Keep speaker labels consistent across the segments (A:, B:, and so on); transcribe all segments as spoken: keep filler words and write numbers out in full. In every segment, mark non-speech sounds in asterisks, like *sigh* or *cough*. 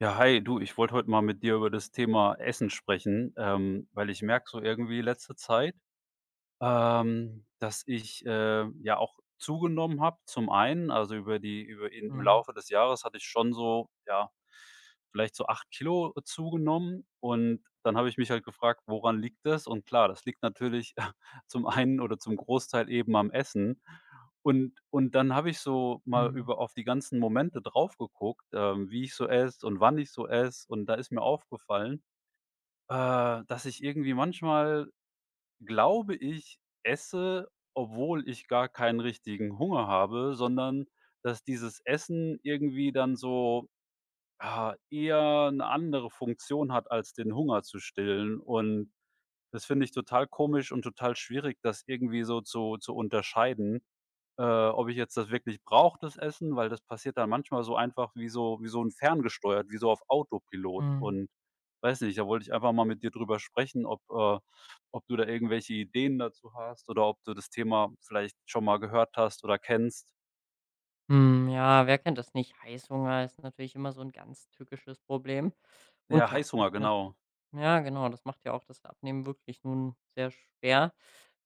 A: Ja, hi, du, ich wollte heute mal mit dir über das Thema Essen sprechen, ähm, weil ich merke so irgendwie letzte Zeit, ähm, dass ich, äh, ja auch zugenommen habe, zum einen, also über die über in im
B: Mhm.
A: Laufe des Jahres hatte ich schon so, ja, vielleicht so acht Kilo zugenommen und dann habe ich mich halt gefragt: „Woran liegt das?“ Und klar, das liegt natürlich *laughs* zum einen oder zum Großteil eben am Essen. Und und dann habe ich so mal
B: Mhm.
A: über auf die ganzen Momente drauf geguckt, ähm, wie ich so esse und wann ich so esse, und da ist mir aufgefallen, äh, dass ich irgendwie manchmal, glaube ich, esse, obwohl ich gar keinen richtigen Hunger habe, sondern dass dieses Essen irgendwie dann so, ah, eher eine andere Funktion hat, als den Hunger zu stillen. Und das finde ich total komisch und total schwierig, das irgendwie so zu zu unterscheiden, äh, ob ich jetzt das wirklich brauche, das Essen, weil das passiert dann manchmal so einfach, wie so wie so ein ferngesteuert, wie so auf Autopilot,
B: Mhm.
A: und weiß nicht, da wollte ich einfach mal mit dir drüber sprechen, ob äh, ob du da irgendwelche Ideen dazu hast oder ob du das Thema vielleicht schon mal gehört hast oder kennst.
B: Hm, ja, wer kennt das nicht? Heißhunger ist natürlich immer so ein ganz tückisches Problem. Und
A: Ja,
B: klar, macht
A: Heißhunger,
B: natürlich
A: genau.
B: ja genau, das macht ja auch das Abnehmen wirklich nun sehr schwer.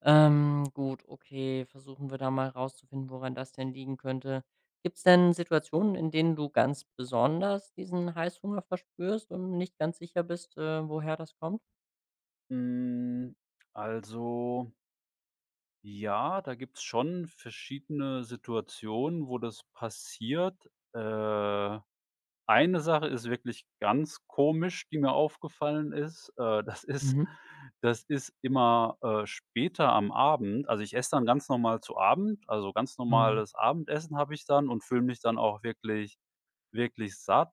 B: Ähm, gut, okay, versuchen wir da mal rauszufinden, woran das denn liegen könnte. Gibt es denn Situationen, in denen du ganz besonders diesen Heißhunger verspürst und nicht ganz sicher bist, äh, woher das kommt?
A: Hm, also, ja, da gibt's schon verschiedene Situationen, wo das passiert. Äh Eine Sache ist wirklich ganz komisch, die mir aufgefallen ist. Äh, das ist,
B: Mhm.
A: das ist immer, äh, später am Abend. Also, ich esse dann ganz normal zu Abend, also, ganz
B: Mhm.
A: normales Abendessen habe ich dann und fülle mich dann auch wirklich wirklich satt,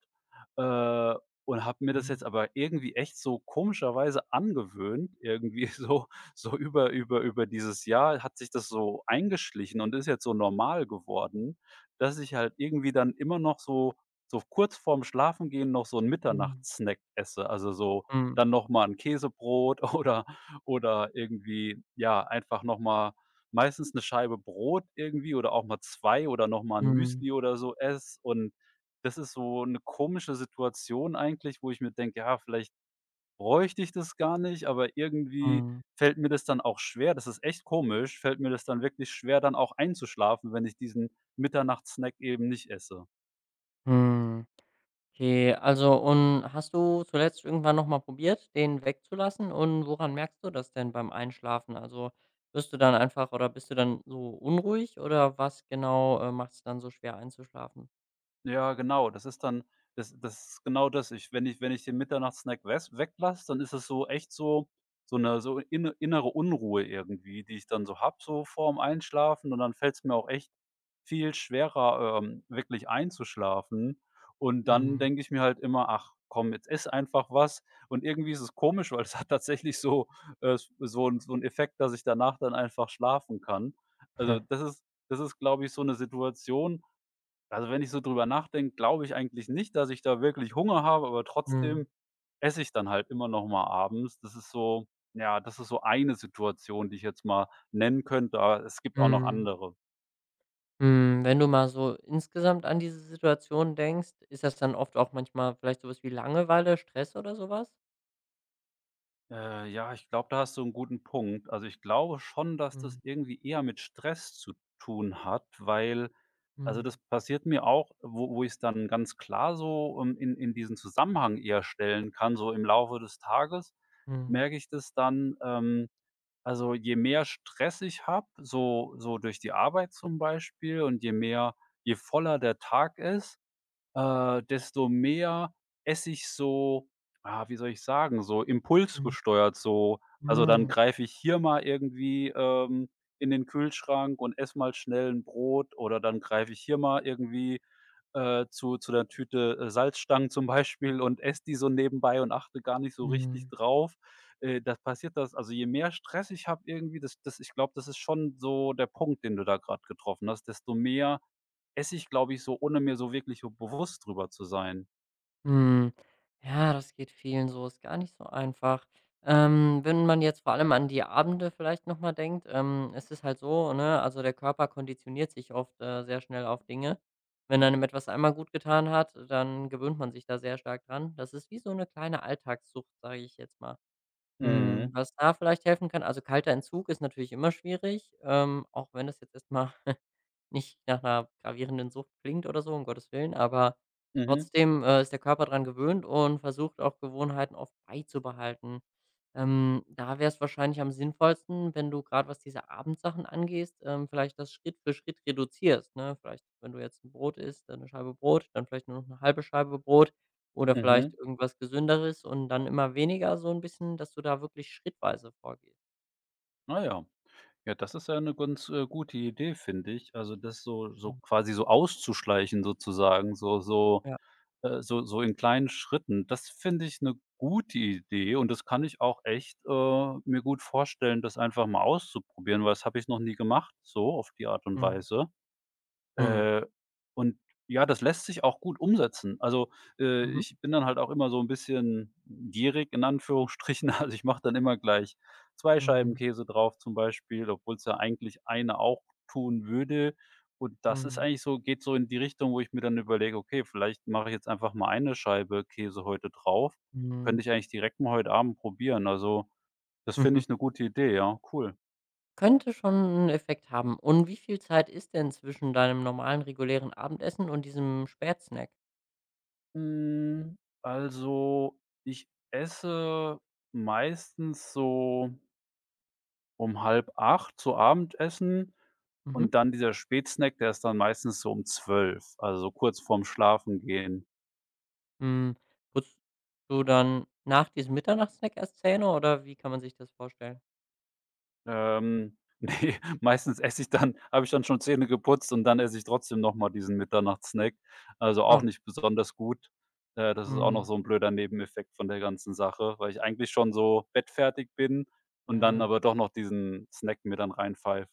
A: äh, und habe mir das
B: Mhm.
A: jetzt aber irgendwie echt so komischerweise angewöhnt, irgendwie *laughs* so so über über über dieses Jahr hat sich das so eingeschlichen und ist jetzt so normal geworden, dass ich halt irgendwie dann immer noch so so kurz vorm Schlafengehen noch so 'n
B: Mhm.
A: Mitternachtssnack esse. Also, so
B: Mhm.
A: dann noch mal 'n Käsebrot *laughs* oder oder irgendwie, ja, einfach noch mal meistens eine Scheibe Brot irgendwie oder auch mal zwei oder noch mal 'n
B: Mhm.
A: Müsli oder so esse, und das ist so eine komische Situation eigentlich, wo ich mir denke: „Ja, vielleicht bräuchte ich das gar nicht“, aber irgendwie
B: Mhm.
A: fällt mir das dann auch schwer, das ist echt komisch, fällt mir das dann wirklich schwer, dann auch einzuschlafen, wenn ich diesen Mitternachtssnack eben nicht esse.
B: Mhm. Okay, also und hast du zuletzt irgendwann noch mal probiert, den wegzulassen? Und woran merkst du das denn beim Einschlafen? Also, wirst du dann einfach oder bist du dann so unruhig oder was genau, äh, macht es dann so schwer einzuschlafen?
A: Ja, genau, das ist dann, das das ist genau das. Ich, wenn ich wenn ich den Mitternachtssnack wes weglasse, dann ist es so echt so so eine so inne innere Unruhe irgendwie, die ich dann so habe, so vorm Einschlafen, und dann fällt es mir auch echt viel schwerer, ähm, wirklich einzuschlafen. Und dann
B: Mhm.
A: denke ich mir halt immer: „Ach komm, jetzt ess einfach was.“ Und irgendwie ist es komisch, weil es hat tatsächlich so äh, so 'n so 'n Effekt, dass ich danach dann einfach schlafen kann. Also, das ist, das ist, glaube ich, so eine Situation, also, wenn ich so drüber nachdenke, glaube ich eigentlich nicht, dass ich da wirklich Hunger habe, aber
B: Mhm.
A: trotzdem esse ich dann halt immer noch mal abends. Das ist so, ja, das ist so eine Situation, die ich jetzt mal nennen könnte, aber es gibt auch noch
B: Mhm.
A: andere.
B: Mhm. Wenn du mal so insgesamt an diese Situation denkst, ist das dann oft auch manchmal vielleicht sowas wie Langeweile, Stress oder sowas? Was?
A: Äh, ja, ich glaube, da hast du einen guten Punkt. Also, ich glaube schon, dass
B: Mhm.
A: das irgendwie eher mit Stress zu tun hat, weil, also,
B: Mhm.
A: das passiert mir auch, wo wo ich's dann ganz klar so, ähm, in in diesen Zusammenhang eher stellen kann. So im Laufe des Tages
B: Mhm.
A: merke ich das dann, ähm also, je mehr Stress ich habe, so so durch die Arbeit zum Beispiel, und je mehr, je voller der Tag ist, äh, desto mehr esse ich so, ah, wie soll ich sagen, so
B: Mhm.
A: impulsgesteuert so. Also, dann
B: Mhm.
A: greife ich hier mal irgendwie, ähm, in den Kühlschrank und esse mal schnell ein Brot, oder dann greife ich hier mal irgendwie, äh, zu zu der Tüte, äh, Salzstangen zum Beispiel, und esse die so nebenbei und achte gar nicht so richtig
B: Mhm.
A: drauf. Äh, das passiert das, also, je mehr Stress ich habe irgendwie, das das ich glaube, das ist schon so der Punkt, den du da gerade getroffen hast, desto mehr esse ich, glaube ich, so, ohne mir so wirklich so bewusst drüber zu sein.
B: Mhm. Ja, das geht vielen so, ist gar nicht so einfach. Ähm, wenn man jetzt vor allem an die Abende vielleicht noch mal denkt, ähm, es ist halt so, ne, also der Körper konditioniert sich oft, äh, sehr schnell auf Dinge. Wenn einem etwas einmal gut getan hat, dann gewöhnt man sich da sehr stark dran. Das ist wie so eine kleine Alltagssucht, sage ich jetzt mal. Mhm.
A: Mhm.
B: Was da vielleicht helfen kann, also kalter Entzug ist natürlich immer schwierig, ähm, auch wenn das jetzt erst mal *laughs* nicht nach einer gravierenden Sucht klingt oder so, um Gottes Willen, aber
A: Mhm.
B: trotzdem, äh, ist der Körper dran gewöhnt und versucht auch Gewohnheiten oft beizubehalten. Ähm, da wäre es wahrscheinlich am sinnvollsten, wenn du gerade was diese Abendsachen angehst, ähm, vielleicht das Schritt für Schritt reduzierst, ne? Vielleicht, wenn du jetzt 'n Brot isst, dann eine Scheibe Brot, dann vielleicht nur noch eine halbe Scheibe Brot oder vielleicht
A: Mhm.
B: irgendwas Gesünderes und dann immer weniger so ein bisschen, dass du da wirklich schrittweise vorgehst.
A: Na ja. Ja, das ist ja eine ganz, äh, gute Idee, finde ich. Also, das so so
B: Mhm.
A: quasi so auszuschleichen sozusagen, so so
B: Ja.
A: äh, so so in kleinen Schritten. Das finde ich eine gute Idee, und das kann ich auch echt, äh, mir gut vorstellen, das einfach mal auszuprobieren, weil das habe ich noch nie gemacht, so auf die Art und
B: Mhm.
A: Weise.
B: Mhm.
A: Äh, und ja, das lässt sich auch gut umsetzen. Also, äh,
B: Mhm.
A: ich bin dann halt auch immer so ein bisschen gierig in Anführungsstrichen. *laughs* Also, ich mache dann immer gleich zwei Scheiben
B: Mhm.
A: Käse drauf zum Beispiel, obwohl es ja eigentlich eine auch tun würde. Und das ist
B: Mhm.
A: eigentlich so, geht so in die Richtung, wo ich mir dann überlege: „Okay, vielleicht mache ich jetzt einfach mal eine Scheibe Käse heute drauf.“ Könnte
B: Mhm.
A: ich eigentlich direkt mal heute Abend probieren. Also, das finde
B: Mhm.
A: ich eine gute Idee, ja, cool.
B: Könnte schon einen Effekt haben. Und wie viel Zeit ist denn zwischen deinem normalen, regulären Abendessen und diesem Spätsnack?
A: Hm, also, ich esse meistens so um halb acht zu Abendessen,
B: Mhm.
A: und dann dieser Spätsnack, der ist dann meistens so um zwölf, also so kurz vorm Schlafengehen.
B: Hm, putzt du dann nach diesem Mitternachtssnack erst Zähne oder wie kann man sich das vorstellen?
A: Ähm, *laughs* ne, meistens esse ich dann, habe ich dann schon Zähne geputzt, und dann esse ich trotzdem noch mal diesen Mitternachtssnack. Also, auch
B: Ah,
A: nicht besonders gut. Äh, das ist auch noch
B: mhm.
A: so ein blöder Nebeneffekt von der ganzen Sache, weil ich eigentlich schon so bettfertig bin und dann
B: Ah,
A: aber doch noch diesen Snack mir dann reinpfeife.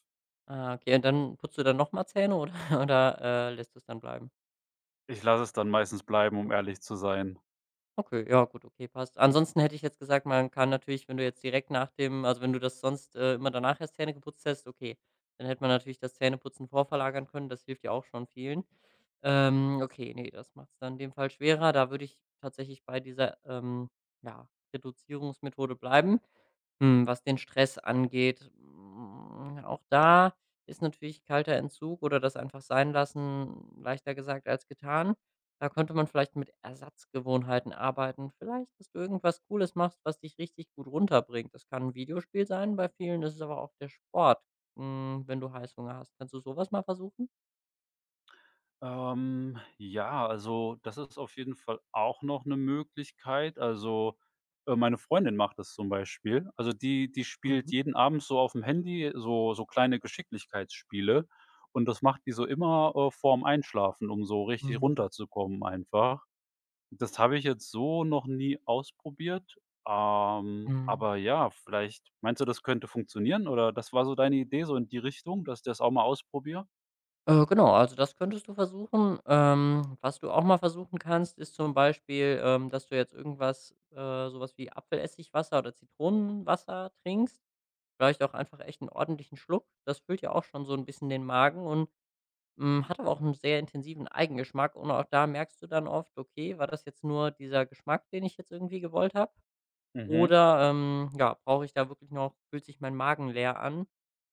B: ah, okay. Und dann putzt du dann noch mal Zähne oder *laughs* oder, äh, lässt du es dann bleiben?
A: Ich lasse es dann meistens bleiben, um
B: Okay.
A: ehrlich zu sein.
B: Okay, ja gut, okay, passt. Ansonsten hätte ich jetzt gesagt, man kann natürlich, wenn du jetzt direkt nach dem, also, wenn du das sonst, äh, immer danach erst Zähne geputzt hättest, okay, dann hätte man natürlich das Zähneputzen vorverlagern können, das hilft ja auch schon vielen. Ähm, okay, nee, das macht es dann in dem Fall schwerer. Da würde ich tatsächlich bei dieser, ähm, ja, Reduzierungsmethode bleiben. Hm, was den Stress angeht, hm, auch da ist natürlich kalter Entzug oder das einfach sein lassen leichter gesagt als getan. Da könnte man vielleicht mit Ersatzgewohnheiten arbeiten. Vielleicht, dass du irgendwas Cooles machst, was dich richtig gut runterbringt. Das kann ein Videospiel sein, bei vielen ist es aber auch der Sport, hm, wenn du Heißhunger hast. Kannst du sowas mal versuchen?
A: Ähm, ja, also, das ist auf jeden Fall auch noch eine Möglichkeit. Also, äh, meine Freundin macht das zum Beispiel. Also, die die spielt
B: Mhm,
A: jeden Abend so auf dem Handy so so kleine Geschicklichkeitsspiele, und das macht die so immer, äh, vorm Einschlafen, um so richtig
B: mhm,
A: runterzukommen einfach. Das habe ich jetzt so noch nie ausprobiert, ähm,
B: mhm.
A: aber ja, vielleicht meinst du, das könnte funktionieren, oder das war so deine Idee so in die Richtung, dass ich das auch mal ausprobiere?
B: Äh, genau, also das könntest du versuchen. Ähm, was du auch mal versuchen kannst, ist zum Beispiel, ähm, dass du jetzt irgendwas, äh, sowas wie Apfelessigwasser oder Zitronenwasser trinkst. Vielleicht auch einfach echt einen ordentlichen Schluck. Das füllt ja auch schon so ein bisschen den Magen und mm, hat aber auch einen sehr intensiven Eigengeschmack. Und auch da merkst du dann oft, okay, war das jetzt nur dieser Geschmack, den ich jetzt irgendwie gewollt habe?
A: Mhm.
B: Oder, ähm, ja, brauche ich da wirklich noch, fühlt sich mein Magen leer an?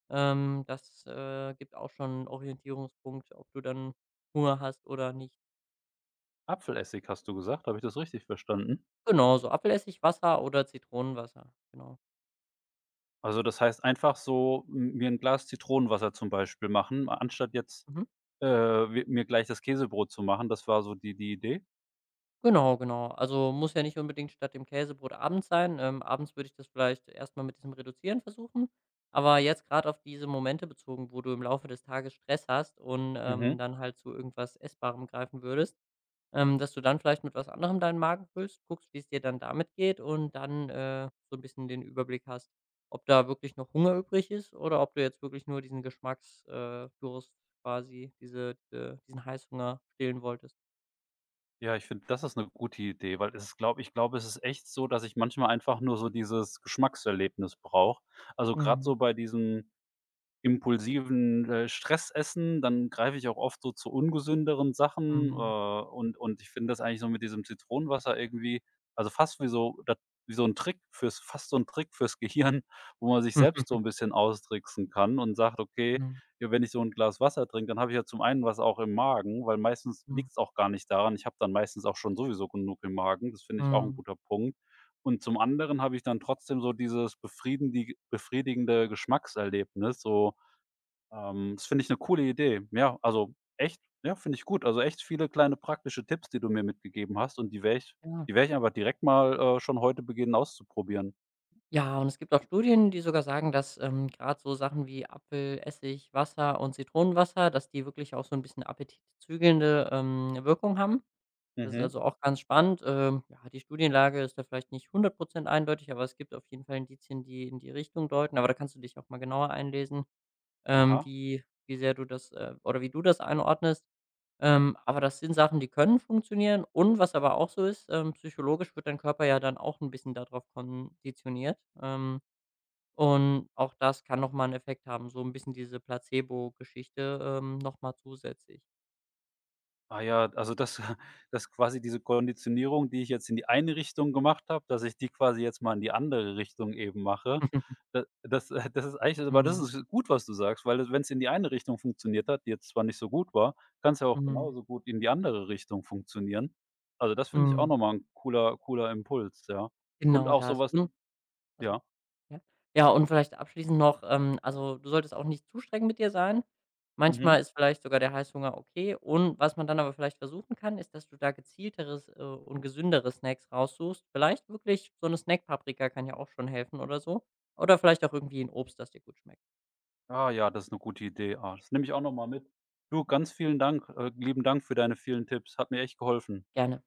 B: Ähm, das, äh, gibt auch schon einen Orientierungspunkt, ob du dann Hunger hast oder nicht.
A: Apfelessig hast du gesagt? Habe ich das richtig verstanden?
B: Genau, so Apfelessig, Wasser oder Zitronenwasser, genau.
A: Also, das heißt einfach so, m mir ein Glas Zitronenwasser zum Beispiel machen, anstatt jetzt,
B: Mhm.
A: äh, wi mir gleich das Käsebrot zu machen. Das war so die die Idee?
B: Genau, genau. Also, muss ja nicht unbedingt statt dem Käsebrot abends sein. Ähm, abends würde ich das vielleicht erst mal mit diesem Reduzieren versuchen. Aber jetzt gerade auf diese Momente bezogen, wo du im Laufe des Tages Stress hast und, ähm,
A: Mhm.
B: dann halt zu irgendwas Essbarem greifen würdest. Ähm, dass du dann vielleicht mit was anderem deinen Magen füllst, guckst, wie es dir dann damit geht und dann, äh, so ein bisschen den Überblick hast, ob da wirklich noch Hunger übrig ist oder ob du jetzt wirklich nur diesen Geschmacksdurst äh, Durst quasi, diese äh, diesen Heißhunger stillen wolltest.
A: Ja, ich finde, das ist eine gute Idee, weil es ist, glaube ich glaube, es ist echt so, dass ich manchmal einfach nur so dieses Geschmackserlebnis brauche. Also, gerade
B: Mhm,
A: so bei diesem impulsiven, äh, Stressessen, dann greife ich auch oft so zu ungesünderen Sachen, äh,
B: mhm.
A: und und ich finde das eigentlich so mit diesem Zitronenwasser irgendwie, also, fast wie so da, wie so ein Trick fürs, fast so ein Trick fürs Gehirn, *laughs* wo man sich selbst so ein
B: *laughs*
A: bisschen austricksen kann und sagt: „Okay,
B: Mhm,
A: ja, wenn ich so ein Glas Wasser trinke, dann habe ich ja zum einen was auch im Magen“, weil meistens
B: mhm,
A: liegt es auch gar nicht daran. Ich habe dann meistens auch schon sowieso genug im Magen. Das finde ich auch ein
B: mhm.
A: guter Punkt. Und zum anderen habe ich dann trotzdem so dieses befrieden die befriedigende Geschmackserlebnis, so, ähm, das finde ich eine coole Idee. Ja, also echt, ja, finde ich gut. Also echt viele kleine praktische Tipps, die du mir mitgegeben hast, und die werde ich
B: Ja.
A: die werde ich einfach direkt mal, äh, schon heute beginnen auszuprobieren.
B: Ja, und es gibt auch Studien, die sogar sagen, dass, ähm, grad so Sachen wie Apfel, Essig, Wasser und Zitronenwasser, dass die wirklich auch so ein bisschen appetitzügelnde, ähm, Wirkung haben. Das ist
A: Mhm.
B: also auch ganz spannend. Ähm, ja, die Studienlage ist da vielleicht nicht hundert Prozent eindeutig, aber es gibt auf jeden Fall Indizien, die in die Richtung deuten. Aber da kannst du dich auch mal genauer einlesen, ähm,
A: Aha.
B: wie wie sehr du das, äh oder wie du das einordnest. Ähm, aber das sind Sachen, die können funktionieren und was aber auch so ist, ähm, psychologisch wird dein Körper ja dann auch ein bisschen darauf konditioniert. Ähm, und auch das kann noch mal 'n Effekt haben, so ein bisschen diese Placebo-Geschichte, ähm, noch mal zusätzlich.
A: Ah ja, also das *laughs* das quasi diese Konditionierung, die ich jetzt in die eine Richtung gemacht habe, dass ich die quasi jetzt mal in die andere Richtung eben mache.
B: *laughs*
A: Da das *laughs* äh, das ist eigentlich,
B: Mhm.
A: aber das
B: Mhm.
A: ist gut, was du sagst, weil wenn es in die eine Richtung funktioniert hat, die jetzt zwar nicht so gut war, kann es ja auch
B: Mhm.
A: genauso gut in die andere Richtung funktionieren. Also, das finde ich auch
B: Mhm.
A: noch mal 'n cooler cooler Impuls, ja. Und
B: Genau
A: auch so
B: das.
A: was,
B: Ach so,
A: ja.
B: ja. Ja, und vielleicht abschließend noch, ähm, also, du solltest auch nicht zu streng mit dir sein.
A: Mhm.
B: Manchmal ist vielleicht sogar der Heißhunger okay. Und was man dann aber vielleicht versuchen kann, ist, dass du da gezielteres, äh, und gesündere Snacks raussuchst. Vielleicht wirklich so eine Snackpaprika kann ja auch schon helfen oder so. Oder vielleicht auch irgendwie ein Obst, das dir gut schmeckt.
A: Ah ja, das ist eine gute Idee. Ah, das nehme ich auch noch mal mit. Du, ganz vielen Dank, äh, lieben Dank für deine vielen Tipps. Hat mir echt geholfen.
B: Gerne.